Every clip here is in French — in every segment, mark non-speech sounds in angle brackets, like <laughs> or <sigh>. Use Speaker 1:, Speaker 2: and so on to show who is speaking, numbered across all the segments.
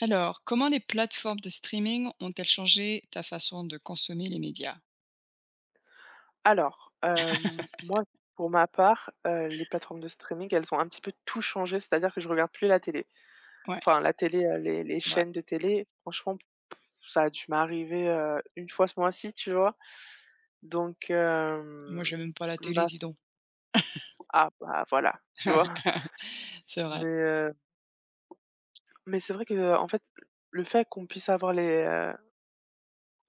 Speaker 1: Alors, comment les plateformes de streaming ont-elles changé ta façon de consommer les médias?
Speaker 2: Alors, moi, pour ma part, les plateformes de streaming, elles ont un petit peu tout changé, c'est-à-dire que je regarde plus la télé.
Speaker 1: Ouais,
Speaker 2: Enfin la télé, les
Speaker 1: c'est vrai.
Speaker 2: chaînes de télé, franchement, ça a dû m'arriver, une fois ce mois-ci, tu vois? Donc
Speaker 1: Moi,
Speaker 2: hem,
Speaker 1: j'ai même pas la télé, dis
Speaker 2: maintenant,
Speaker 1: donc.
Speaker 2: ah bah, voilà, tu vois?
Speaker 1: <laughs> C'est vrai,
Speaker 2: Mais heu, mais c'est vrai que, en fait, le fait qu'on puisse avoir les,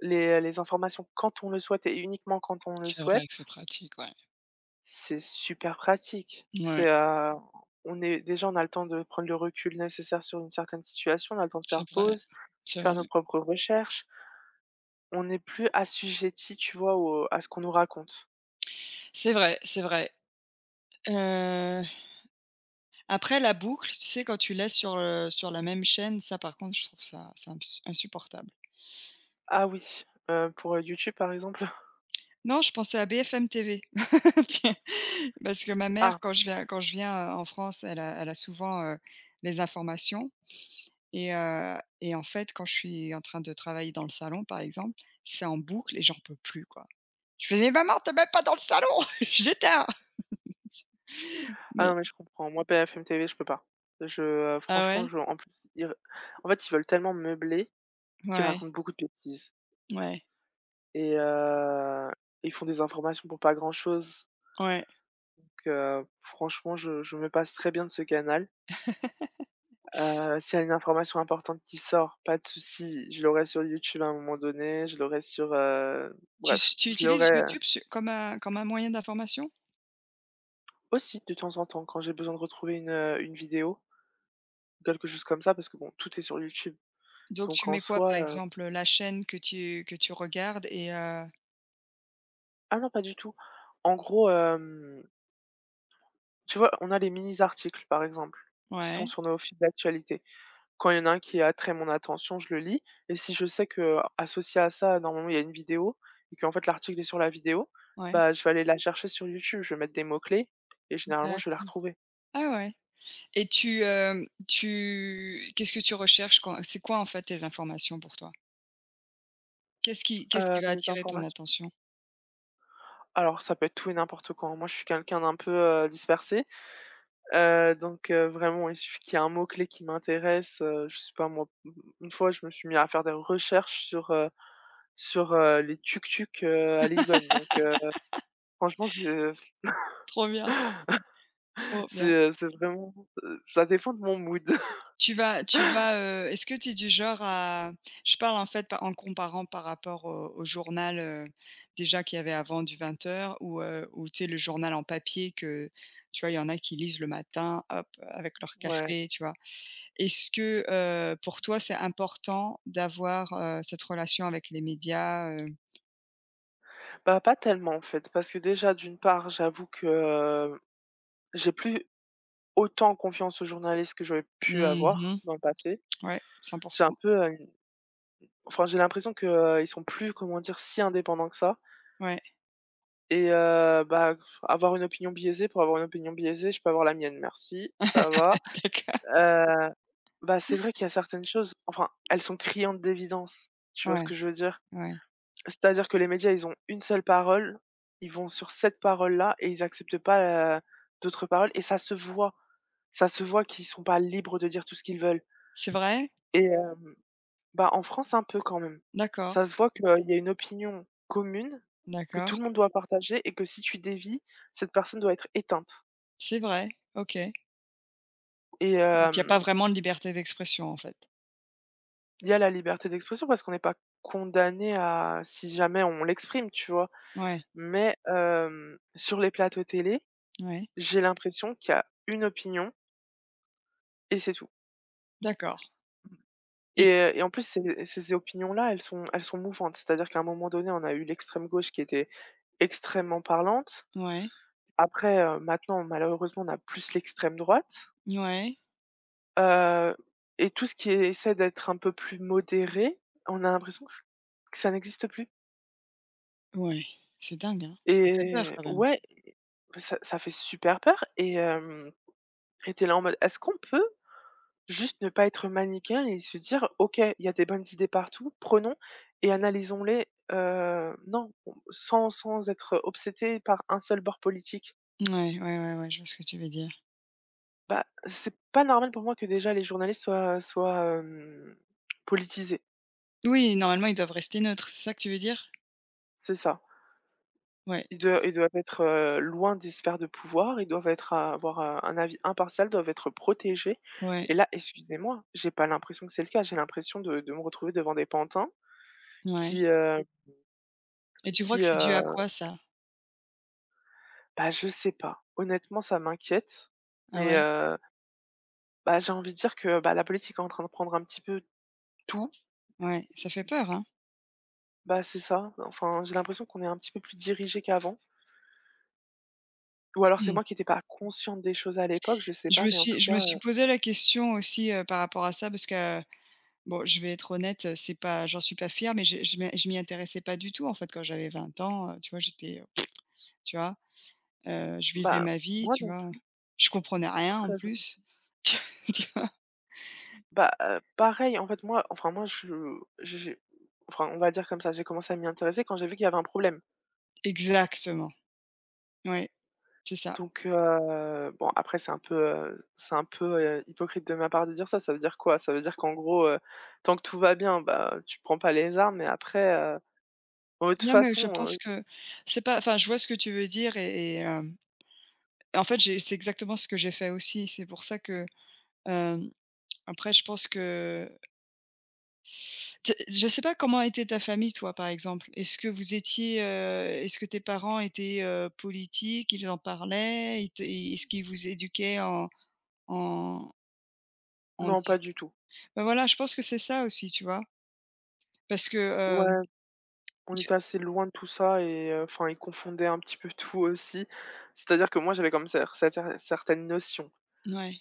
Speaker 2: les informations quand on le souhaite et uniquement quand on le
Speaker 1: c'est vrai que c'est
Speaker 2: souhaite.
Speaker 1: pratique, ouais.
Speaker 2: C'est, super pratique.
Speaker 1: Ouais,
Speaker 2: On est déjà, on a le temps de prendre le recul nécessaire sur une certaine situation, on a le temps de faire
Speaker 1: c'est vrai,
Speaker 2: pause, de
Speaker 1: c'est vrai.
Speaker 2: faire nos propres recherches. On n'est plus assujetti, tu vois, au à ce qu'on nous raconte.
Speaker 1: C'est vrai, c'est vrai. Heu, après la boucle, tu sais, quand tu laisses sur, sur la même chaîne, ça par contre, je trouve ça c'est ins insupportable.
Speaker 2: Ah oui, pour, YouTube, par exemple? <laughs>
Speaker 1: Non, je pensais à BFM TV. <laughs> Tiens, parce que ma mère,
Speaker 2: Ah,
Speaker 1: quand je viens, en France, elle a souvent, les informations. Et en fait, quand je suis en train de travailler dans le salon, par exemple, c'est en boucle et j'en peux plus, quoi. Je fais: «Mais maman, t'es même pas dans le salon!» <laughs> J'éteins!
Speaker 2: ah
Speaker 1: Mais
Speaker 2: non, mais je comprends. Moi, BFM TV, je peux pas.
Speaker 1: ah
Speaker 2: Franchement,
Speaker 1: ouais?
Speaker 2: je en plus, ils en fait, ils veulent tellement meubler qu'ils
Speaker 1: Ouais,
Speaker 2: racontent beaucoup de bêtises
Speaker 1: ouais,
Speaker 2: et ils font des informations pour pas grand-chose.
Speaker 1: ouais.
Speaker 2: Donc, franchement, je me passe très bien de ce canal.
Speaker 1: <laughs>
Speaker 2: S'il y a une information importante qui sort, pas de souci, je l'aurai sur YouTube à un moment donné, je l'aurai sur,
Speaker 1: Tu s
Speaker 2: bref,
Speaker 1: tu
Speaker 2: je l'aurai,
Speaker 1: utilises YouTube su comme un moyen d'information?
Speaker 2: aussi de temps en temps quand j'ai besoin de retrouver une vidéo, quelque chose comme ça, parce que bon, tout est sur YouTube.
Speaker 1: Donc
Speaker 2: Donc
Speaker 1: tu
Speaker 2: en
Speaker 1: mets quoi,
Speaker 2: soi,
Speaker 1: par exemple, la chaîne que tu regardes et
Speaker 2: ah non, pas du tout. En gros, tu vois, on a les mini articles, par exemple, qui sont
Speaker 1: ouais,
Speaker 2: sur nos fils d'actualité. Quand il y en a un qui attrait mon attention, je le lis, et si je sais que associé à ça, normalement, il y a une vidéo et qu'en fait, l'article est sur la vidéo,
Speaker 1: ouais,
Speaker 2: bah, je vais aller la chercher sur YouTube. Je vais mettre des mots-clés et généralement, je vais la
Speaker 1: d'accord.
Speaker 2: retrouver.
Speaker 1: Ah ouais et tu, qu'est-ce que tu recherches quand c'est quoi, en fait, tes informations pour toi? Qu'est-ce qui va
Speaker 2: Mes
Speaker 1: attirer ton
Speaker 2: informations.
Speaker 1: attention?
Speaker 2: Alors ça peut être tout et n'importe quoi, hein. Moi, je suis quelqu'un d'un peu, dispersé, donc, vraiment, il suffit qu'il y ait un mot-clé qui m'intéresse, je sais pas moi, une fois, je me suis mis à faire des recherches sur les tuk-tuks, à Lisbonne. Donc, franchement,
Speaker 1: Trop bien, trop
Speaker 2: C'est,
Speaker 1: bien.
Speaker 2: heu, c'est vraiment, ça dépend de mon mood. <laughs>
Speaker 1: Tu vas, est-ce que tu es du genre à je parle en fait par en comparant par rapport au journal, déjà qu'il y avait avant du 20h ou tu sais le journal en papier que, tu vois, il y en a qui lisent le matin, hop, avec leur
Speaker 2: Ouais.
Speaker 1: café, tu vois? Est-ce que, pour toi c'est important d'avoir, cette relation avec les médias,
Speaker 2: Bah, pas tellement en fait, parce que déjà d'une part, j'avoue que, j'ai plus autant confiance aux journalistes que j'aurais pu
Speaker 1: Mmh
Speaker 2: avoir
Speaker 1: mh.
Speaker 2: dans le passé.
Speaker 1: Ouais, 100.
Speaker 2: J'ai un peu, une Enfin, j'ai l'impression que, ils sont plus, comment dire, si indépendants que ça.
Speaker 1: Ouais.
Speaker 2: Et bah, avoir une opinion biaisée pour avoir une opinion biaisée, je peux avoir la mienne, merci, ça
Speaker 1: <laughs>
Speaker 2: va.
Speaker 1: D'accord.
Speaker 2: Heu, Bah, c'est vrai qu'il y a certaines choses, enfin, elles sont criantes d'évidence, tu vois ce
Speaker 1: Ouais,
Speaker 2: que je veux dire?
Speaker 1: ouais.
Speaker 2: C'est-à-dire que les médias, ils ont une seule parole, ils vont sur cette parole-là et ils acceptent pas, d'autres paroles, et ça se voit. Ça se voit qu'ils sont pas libres de dire tout ce qu'ils veulent.
Speaker 1: C'est vrai?
Speaker 2: Et bah, en France un peu quand même.
Speaker 1: D'accord,
Speaker 2: Ça se voit qu'il y a une opinion commune, que tout
Speaker 1: d'accord.
Speaker 2: le monde doit partager, et que si tu dévies, cette personne doit être éteinte.
Speaker 1: C'est vrai, OK.
Speaker 2: Et
Speaker 1: Donc il y a pas vraiment de liberté d'expression, en fait?
Speaker 2: il y a la liberté d'expression parce qu'on n'est pas condamné à si jamais on l'exprime, tu vois?
Speaker 1: Ouais,
Speaker 2: Mais sur les plateaux télé,
Speaker 1: ouais,
Speaker 2: j'ai l'impression qu'il y a une opinion. Et c'est tout.
Speaker 1: d'accord et
Speaker 2: Et en plus, ces opinions-là, elles sont mouvantes. C'est-à-dire qu'à un moment donné, on a eu l'extrême gauche qui était extrêmement parlante.
Speaker 1: ouais,
Speaker 2: Après, maintenant, malheureusement, on a plus l'extrême droite,
Speaker 1: ouais,
Speaker 2: heu et tout ce qui essaie d'être un peu plus modéré, on a l'impression que ça n'existe plus.
Speaker 1: ouais, c'est dingue, hein? Ça fait peur
Speaker 2: Et
Speaker 1: quand même.
Speaker 2: ouais, ça fait super peur. Et tu là en mode: «Est-ce qu'on peut juste ne pas être manichéen et se dire: OK, il y a des bonnes idées partout, prenons et analysons-les», non, sans être obsédé par un seul bord politique.
Speaker 1: Ouais, ouais, ouais, ouais, je vois ce que tu veux dire.
Speaker 2: Bah, c'est pas normal pour moi que déjà les journalistes soient politisés,
Speaker 1: Oui, normalement, ils doivent rester neutres, c'est ça que tu veux dire?
Speaker 2: c'est ça.
Speaker 1: Ouais,
Speaker 2: Ils doivent être, loin des sphères de pouvoir, ils doivent être avoir, un avis impartial, doivent être protégés.
Speaker 1: ouais,
Speaker 2: Et là, excusez-moi, j'ai pas l'impression que c'est le cas. J'ai l'impression de me retrouver devant des pantins
Speaker 1: ouais
Speaker 2: qui, heu
Speaker 1: et tu crois que
Speaker 2: qui,
Speaker 1: c'est dû à quoi ça?
Speaker 2: Bah, je sais pas. Honnêtement, ça m'inquiète,
Speaker 1: Ah
Speaker 2: mais,
Speaker 1: ouais?
Speaker 2: bah, j'ai envie de dire que, bah, la politique est en train de prendre un petit peu tout.
Speaker 1: Ouais, ça fait peur, hein?
Speaker 2: Bah, c'est ça. Enfin, j'ai l'impression qu'on est un petit peu plus dirigé qu'avant, ou alors c'est
Speaker 1: Mmh.
Speaker 2: moi qui n'étais pas consciente des choses à l'époque, je sais
Speaker 1: Je me
Speaker 2: pas, mais en
Speaker 1: suis
Speaker 2: tout
Speaker 1: je me
Speaker 2: cas,
Speaker 1: suis posé la question aussi, par rapport à ça parce que, bon, je vais être honnête, c'est pas j'en suis pas fière, mais je m'y intéressais pas du tout, en fait, quand j'avais 20 ans, tu vois? J'étais, tu vois? Je vivais
Speaker 2: bah,
Speaker 1: ma vie,
Speaker 2: moi
Speaker 1: tu
Speaker 2: non
Speaker 1: vois?
Speaker 2: plus,
Speaker 1: Je comprenais rien en
Speaker 2: très honnête.
Speaker 1: plus. <laughs> Tu vois?
Speaker 2: Pareil, en fait, moi enfin moi je- j'ai enfin, on va dire comme ça, j'ai commencé à m'y intéresser quand j'ai vu qu'il y avait un problème.
Speaker 1: Exactement, ouais, c'est ça.
Speaker 2: Donc, bon, après c'est un peu, hypocrite de ma part de dire ça. Ça veut dire quoi? Ça veut dire qu'en gros, tant que tout va bien, bah, tu prends pas les armes, et après, bon, de toute
Speaker 1: Non, mais je
Speaker 2: façon,
Speaker 1: pense que c'est pas enfin, je vois ce que tu veux dire et en fait, j'ai c'est exactement ce que j'ai fait aussi. C'est pour ça que, hem, après je pense que tu je sais pas comment était ta famille toi, par exemple? Est-ce que vous étiez, est-ce que tes parents étaient, politiques? Ils en parlaient? Est-ce qu'ils vous éduquaient en en en
Speaker 2: non, pas du tout.
Speaker 1: Bah, voilà, je pense que c'est ça aussi, tu vois? Parce que,
Speaker 2: Ouais, on
Speaker 1: tu
Speaker 2: était assez loin de tout ça, et enfin, ils confondaient un petit peu <laughs> tout aussi. C'est-à-dire que moi, j'avais comme certaines notions,
Speaker 1: ouais,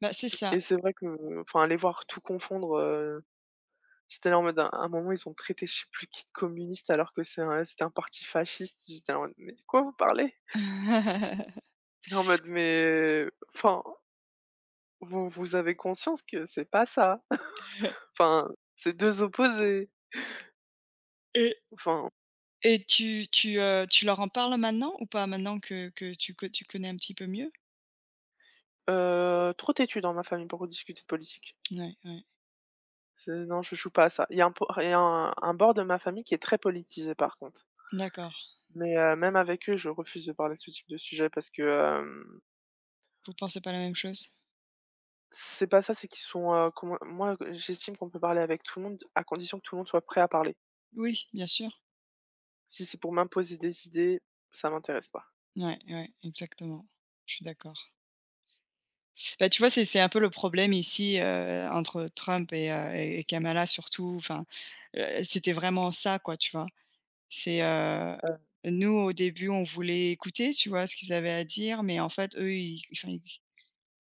Speaker 1: bah, c'est ça.
Speaker 2: et c'est vrai que, enfin, les voir tout confondre, j'étais là en mode: à un moment ils ont traité je sais plus qui de communiste alors que c'était un parti fasciste. J'étais là en mode: «Mais de quoi vous parlez?»
Speaker 1: <laughs>
Speaker 2: J'étais en mode: «Mais enfin, vous avez conscience que c'est pas ça?» <laughs> Enfin, c'est 2 opposés.
Speaker 1: Et
Speaker 2: Enfin,
Speaker 1: et tu, tu leur en parles maintenant ou pas, maintenant que tu connais un petit peu mieux?
Speaker 2: trop têtu dans ma famille pour discuter de politique.
Speaker 1: Ouais, ouais,
Speaker 2: C'est non, je joue pas à ça. Il y a un bord de ma famille qui est très politisé, par contre,
Speaker 1: d'accord.
Speaker 2: mais même avec eux, je refuse de parler de ce type de sujet parce que,
Speaker 1: Vous pensez pas la même chose?
Speaker 2: c'est pas ça, c'est qu'ils sont, comment, moi, j'estime qu'on peut parler avec tout le monde à condition que tout le monde soit prêt à parler.
Speaker 1: Oui, bien sûr.
Speaker 2: Si c'est pour m'imposer des idées, ça m'intéresse pas.
Speaker 1: Ouais, ouais, exactement. Je suis d'accord. Bah, tu vois, c'est un peu le problème ici, entre Trump et et Kamala surtout, c'était vraiment ça, quoi, tu vois? C'est, heu,
Speaker 2: Heu,
Speaker 1: nous au début, on voulait écouter, tu vois, ce qu'ils avaient à dire, mais en fait, eux, ils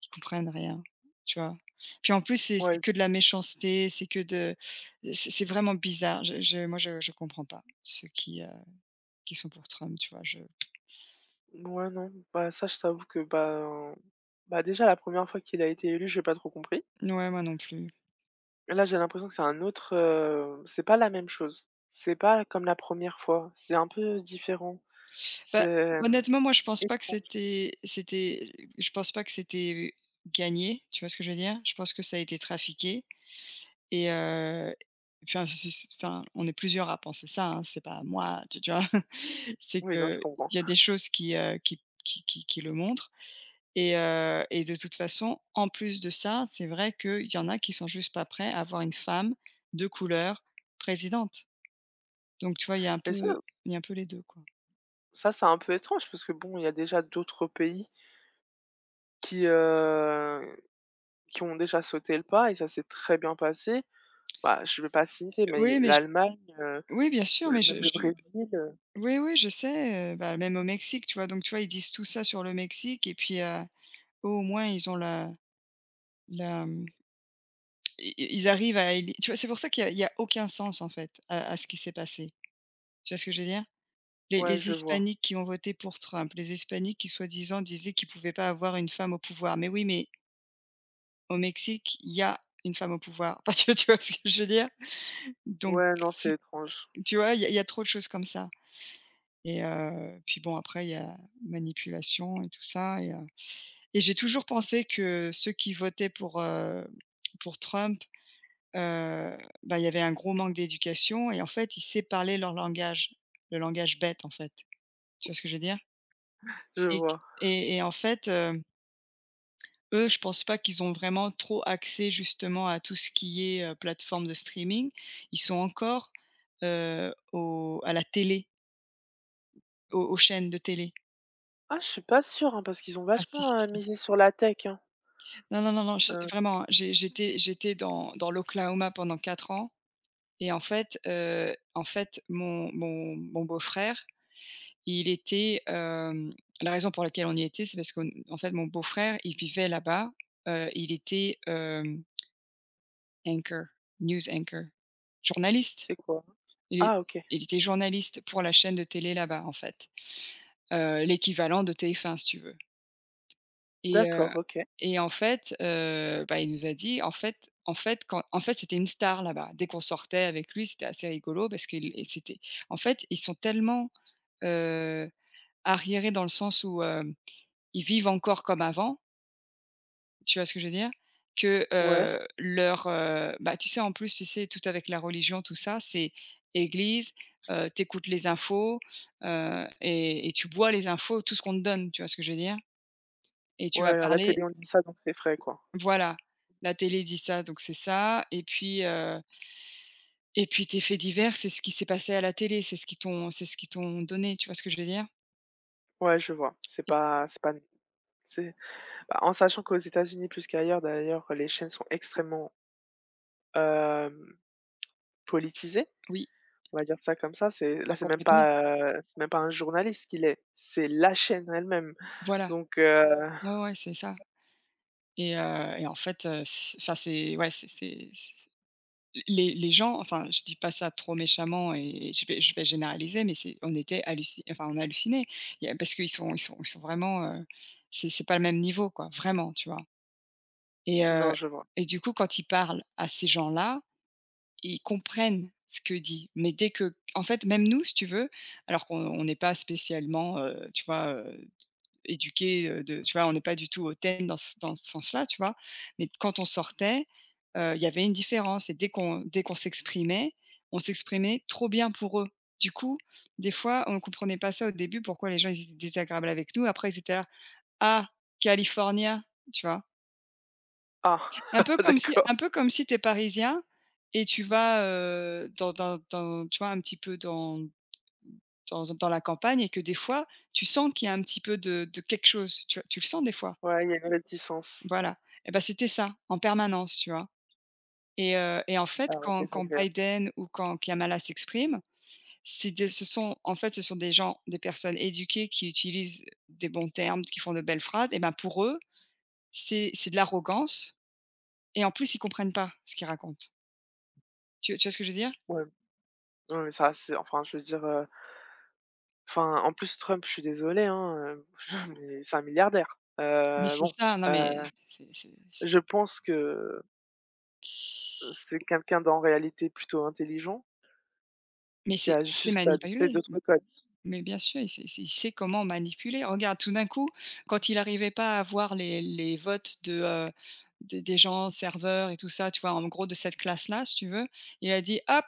Speaker 1: ils comprennent rien, tu vois? Puis en plus, c'est
Speaker 2: ouais.
Speaker 1: que de la méchanceté, c'est que de c'est vraiment bizarre. Je moi, je comprends pas ceux qui sont pour Trump, tu vois? Je
Speaker 2: Ouais, non, bah, ça, je t'avoue que, ben, bah, déjà, la première fois qu'il a été élu, j'ai pas trop compris.
Speaker 1: ouais, moi non plus.
Speaker 2: Et là, j'ai l'impression que c'est un autre, c'est pas la même chose. C'est pas comme la première fois, c'est un peu différent. C'est,
Speaker 1: Bah, honnêtement, moi, je pense pas que
Speaker 2: étrange.
Speaker 1: c'était je pense pas que c'était gagné, tu vois ce que je veux dire? Je pense que ça a été trafiqué. Et heu, on est plusieurs à penser ça, hein, c'est pas moi, tu vois? <laughs> C'est
Speaker 2: Oui, non, je
Speaker 1: qu'il
Speaker 2: comprends.
Speaker 1: y a des choses qui, qui le montrent et de toute façon, en plus de ça, c'est vrai qu'il y en a qui sont juste pas prêts à avoir une femme de couleur présidente. Donc tu vois, il y a un
Speaker 2: Mais ça
Speaker 1: peu il y a un peu les 2 quoi.
Speaker 2: ça, c'est un peu étrange parce que bon, il y a déjà d'autres pays qui, heu, qui ont déjà sauté le pas et ça s'est très bien passé. Bah, je vais pas citer,
Speaker 1: Oui,
Speaker 2: mais
Speaker 1: mais je
Speaker 2: l'Allemagne,
Speaker 1: oui, bien sûr,
Speaker 2: le
Speaker 1: mais
Speaker 2: même le
Speaker 1: je
Speaker 2: Brésil,
Speaker 1: oui, oui, je sais, bah, même au Mexique, tu vois? Donc tu vois, ils disent tout ça sur le Mexique et puis, eux, au moins, ils ont la mmh. I i ils arrivent à éli tu vois? C'est pour ça qu'il y a il y a aucun sens, en fait, à ce qui s'est passé. Tu vois ce que je veux dire? Les
Speaker 2: ouais,
Speaker 1: les
Speaker 2: je vois.
Speaker 1: hispaniques qui ont voté pour Trump, les hispaniques qui soi-disant disaient qu'ils ne pouvaient pas avoir une femme au pouvoir. Mais oui, mais au Mexique, il y a une femme au pouvoir. <laughs> Tu vois ce que je veux dire? Donc
Speaker 2: Ouais, non, c'est
Speaker 1: si
Speaker 2: étrange.
Speaker 1: tu vois? Il y a trop de choses comme ça et puis bon après il y a manipulation et tout ça et j'ai toujours pensé que ceux qui votaient pour Trump. Heu, Bah, il y avait un gros manque d'éducation et en fait, ils sait parler leur langage, le langage bête, en fait. Tu vois ce que je veux dire?
Speaker 2: Je
Speaker 1: Et q
Speaker 2: vois.
Speaker 1: et en fait, eux, je pense pas qu'ils ont vraiment trop accès justement à tout ce qui est, plateforme de streaming. Ils sont encore, au à la télé, aux chaînes de télé.
Speaker 2: Ah, je suis pas sûre, hein, parce qu'ils ont
Speaker 1: Ah si, si,
Speaker 2: vachement,
Speaker 1: si.
Speaker 2: misé sur la tech, hein.
Speaker 1: Non, non, non, non, je
Speaker 2: Heu,
Speaker 1: vraiment, hein, j'étais dans l'Oklahoma pendant 4 ans et en fait, mon beau-frère, il était, hem la raison pour laquelle on y était, c'est parce qu'en en fait, mon beau-frère, il vivait là-bas, il était, anchor, news anchor, journaliste.
Speaker 2: c'est quoi?
Speaker 1: Il é
Speaker 2: Ah, OK,
Speaker 1: il était journaliste pour la chaîne de télé là-bas, en fait, l'équivalent de TF1 si tu veux et heu
Speaker 2: d'accord, OK.
Speaker 1: et en fait, bah, il nous a dit: en fait quand» en fait, c'était une star là-bas. Dès qu'on sortait avec lui, c'était assez rigolo parce que c'était en fait, ils sont tellement, heu, arriérés dans le sens où, ils vivent encore comme avant, tu vois ce que je veux dire? Que,
Speaker 2: Ouais,
Speaker 1: bah, tu sais, en plus, tu sais, tout avec la religion, tout ça, c'est église, tu les infos, et tu bois les infos, tout ce qu'on te donne, tu vois ce que je veux dire? Et tu
Speaker 2: ouais,
Speaker 1: vas
Speaker 2: à la
Speaker 1: parler
Speaker 2: télé, on dit ça, donc c'est frais, quoi.
Speaker 1: voilà, la télé dit ça, donc c'est ça et puis tes faits divers, c'est ce qui s'est passé à la télé, c'est ce qui t'ont c'est ce qui t'ont donné, tu vois ce que je veux dire?
Speaker 2: Ouais, je vois. C'est
Speaker 1: Et
Speaker 2: pas c'est pas c'est Bah, en sachant qu'aux États-Unis, plus qu'ailleurs d'ailleurs, les chaînes sont extrêmement, hem, politisées,
Speaker 1: oui,
Speaker 2: on va dire ça comme ça.
Speaker 1: ah complètement.
Speaker 2: C'est même pas un journaliste qui l'est, c'est la chaîne elle-même.
Speaker 1: Voilà.
Speaker 2: Donc,
Speaker 1: Ouais, ouais, c'est ça. Et en fait, c enfin c'est ouais, c'est c les je dis pas ça trop méchamment et je vais généraliser, mais c'est on était halluciné. Enfin on hallucinait. Il y a parce qu'ils sont ils sont vraiment, c'est pas le même niveau quoi, vraiment, tu vois? Et heu
Speaker 2: non, je vois.
Speaker 1: et du coup, quand ils parlent à ces gens-là, ils comprennent ce que dit, mais dès que en fait, même nous, si tu veux, alors qu'on on n'est pas spécialement, tu vois, éduqués, de tu vois? On n'est pas du tout hautaine dans ce sens-là, tu vois? Mais quand on sortait, il y avait une différence et dès qu'on s'exprimait, on s'exprimait trop bien pour eux. Du coup, des fois, on ne comprenait pas ça au début, pourquoi les gens ils étaient désagréables avec nous. Après ils étaient là: «Ah, californien», tu vois?
Speaker 2: Ah,
Speaker 1: Un peu
Speaker 2: <laughs>
Speaker 1: comme si
Speaker 2: d'accord.
Speaker 1: un peu comme si t'es parisien et tu vas, dans dans dans tu vois? Un petit peu dans la campagne et que des fois, tu sens qu'il y a un petit peu de quelque chose, tu vois? Tu le sens des fois.
Speaker 2: Ouais, il y a une réticence.
Speaker 1: Voilà et ben c'était ça, en permanence, tu vois? Et en
Speaker 2: C'est
Speaker 1: fait,
Speaker 2: Ah ouais,
Speaker 1: quand
Speaker 2: désagréable.
Speaker 1: Biden ou quand Kamala s'expriment, c'est des ce sont en fait, ce sont des gens, des personnes éduquées qui utilisent des bons termes, qui font de belles phrases et ben, pour eux, c'est de l'arrogance et en plus, ils comprennent pas ce qu'ils racontent. Tu vois ce que je veux dire?
Speaker 2: Ouais. Non, mais ça, c'est enfin, je veux dire, enfin, en plus, Trump, je suis désolé, hein, <laughs> mais c'est un milliardaire.
Speaker 1: Mais c'est
Speaker 2: Bon,
Speaker 1: ça, non
Speaker 2: heu,
Speaker 1: mais c'est
Speaker 2: je pense que c'est quelqu'un d'en réalité plutôt intelligent,
Speaker 1: mais
Speaker 2: qui
Speaker 1: c'est
Speaker 2: a
Speaker 1: qui s'est
Speaker 2: juste adopté
Speaker 1: manipulé.
Speaker 2: d'autres codes.
Speaker 1: Mais bien sûr, il sait comment manipuler. Regarde, tout d'un coup, quand il arrivait pas à avoir les votes de, des gens serveurs et tout ça, tu vois? En gros de cette classe-là, si tu veux, il a dit: «Hop,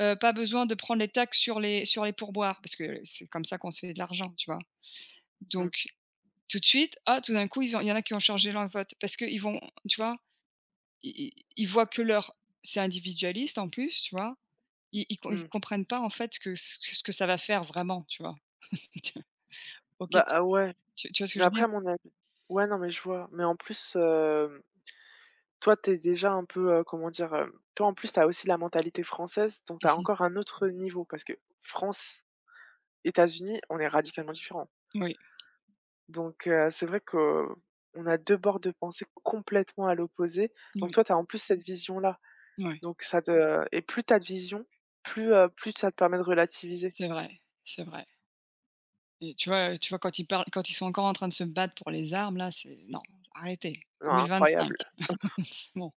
Speaker 1: pas besoin de prendre les taxes sur les pourboires», parce que c'est comme ça qu'on se fait de l'argent, tu vois?
Speaker 2: Mmh,
Speaker 1: Donc tout de suite, ah, tout d'un coup, ils ont il y en a qui ont changé leur vote parce qu'ils vont tu vois? Ils voient que leur c'est individualiste en plus, tu vois? Ils
Speaker 2: mmh.
Speaker 1: comprennent pas en fait que ce que ça va faire vraiment, tu vois? <laughs> OK.
Speaker 2: Bah, ah ouais,
Speaker 1: Tu vois ce que
Speaker 2: mais
Speaker 1: je veux
Speaker 2: après,
Speaker 1: dire?
Speaker 2: à mon avis, ouais, non, mais je vois, mais en plus, toi, t'es déjà un peu, comment dire? Toi, en plus, t'as aussi la mentalité française, donc t'as
Speaker 1: Mhm.
Speaker 2: encore un autre niveau parce que France, États-Unis, on est radicalement différents.
Speaker 1: Oui,
Speaker 2: Donc, c'est vrai qu'on a 2 bords de pensée complètement à l'opposé. Donc
Speaker 1: oui,
Speaker 2: toi, tu as en plus cette vision-là.
Speaker 1: oui,
Speaker 2: Donc ça te Et plus tu as de vision, plus ça te permet de relativiser.
Speaker 1: c'est vrai et tu vois quand ils parlent quand ils sont encore en train de se battre pour les armes là, c'est non, arrêtez,
Speaker 2: Non,
Speaker 1: 2025.
Speaker 2: incroyable.
Speaker 1: <laughs> Bon.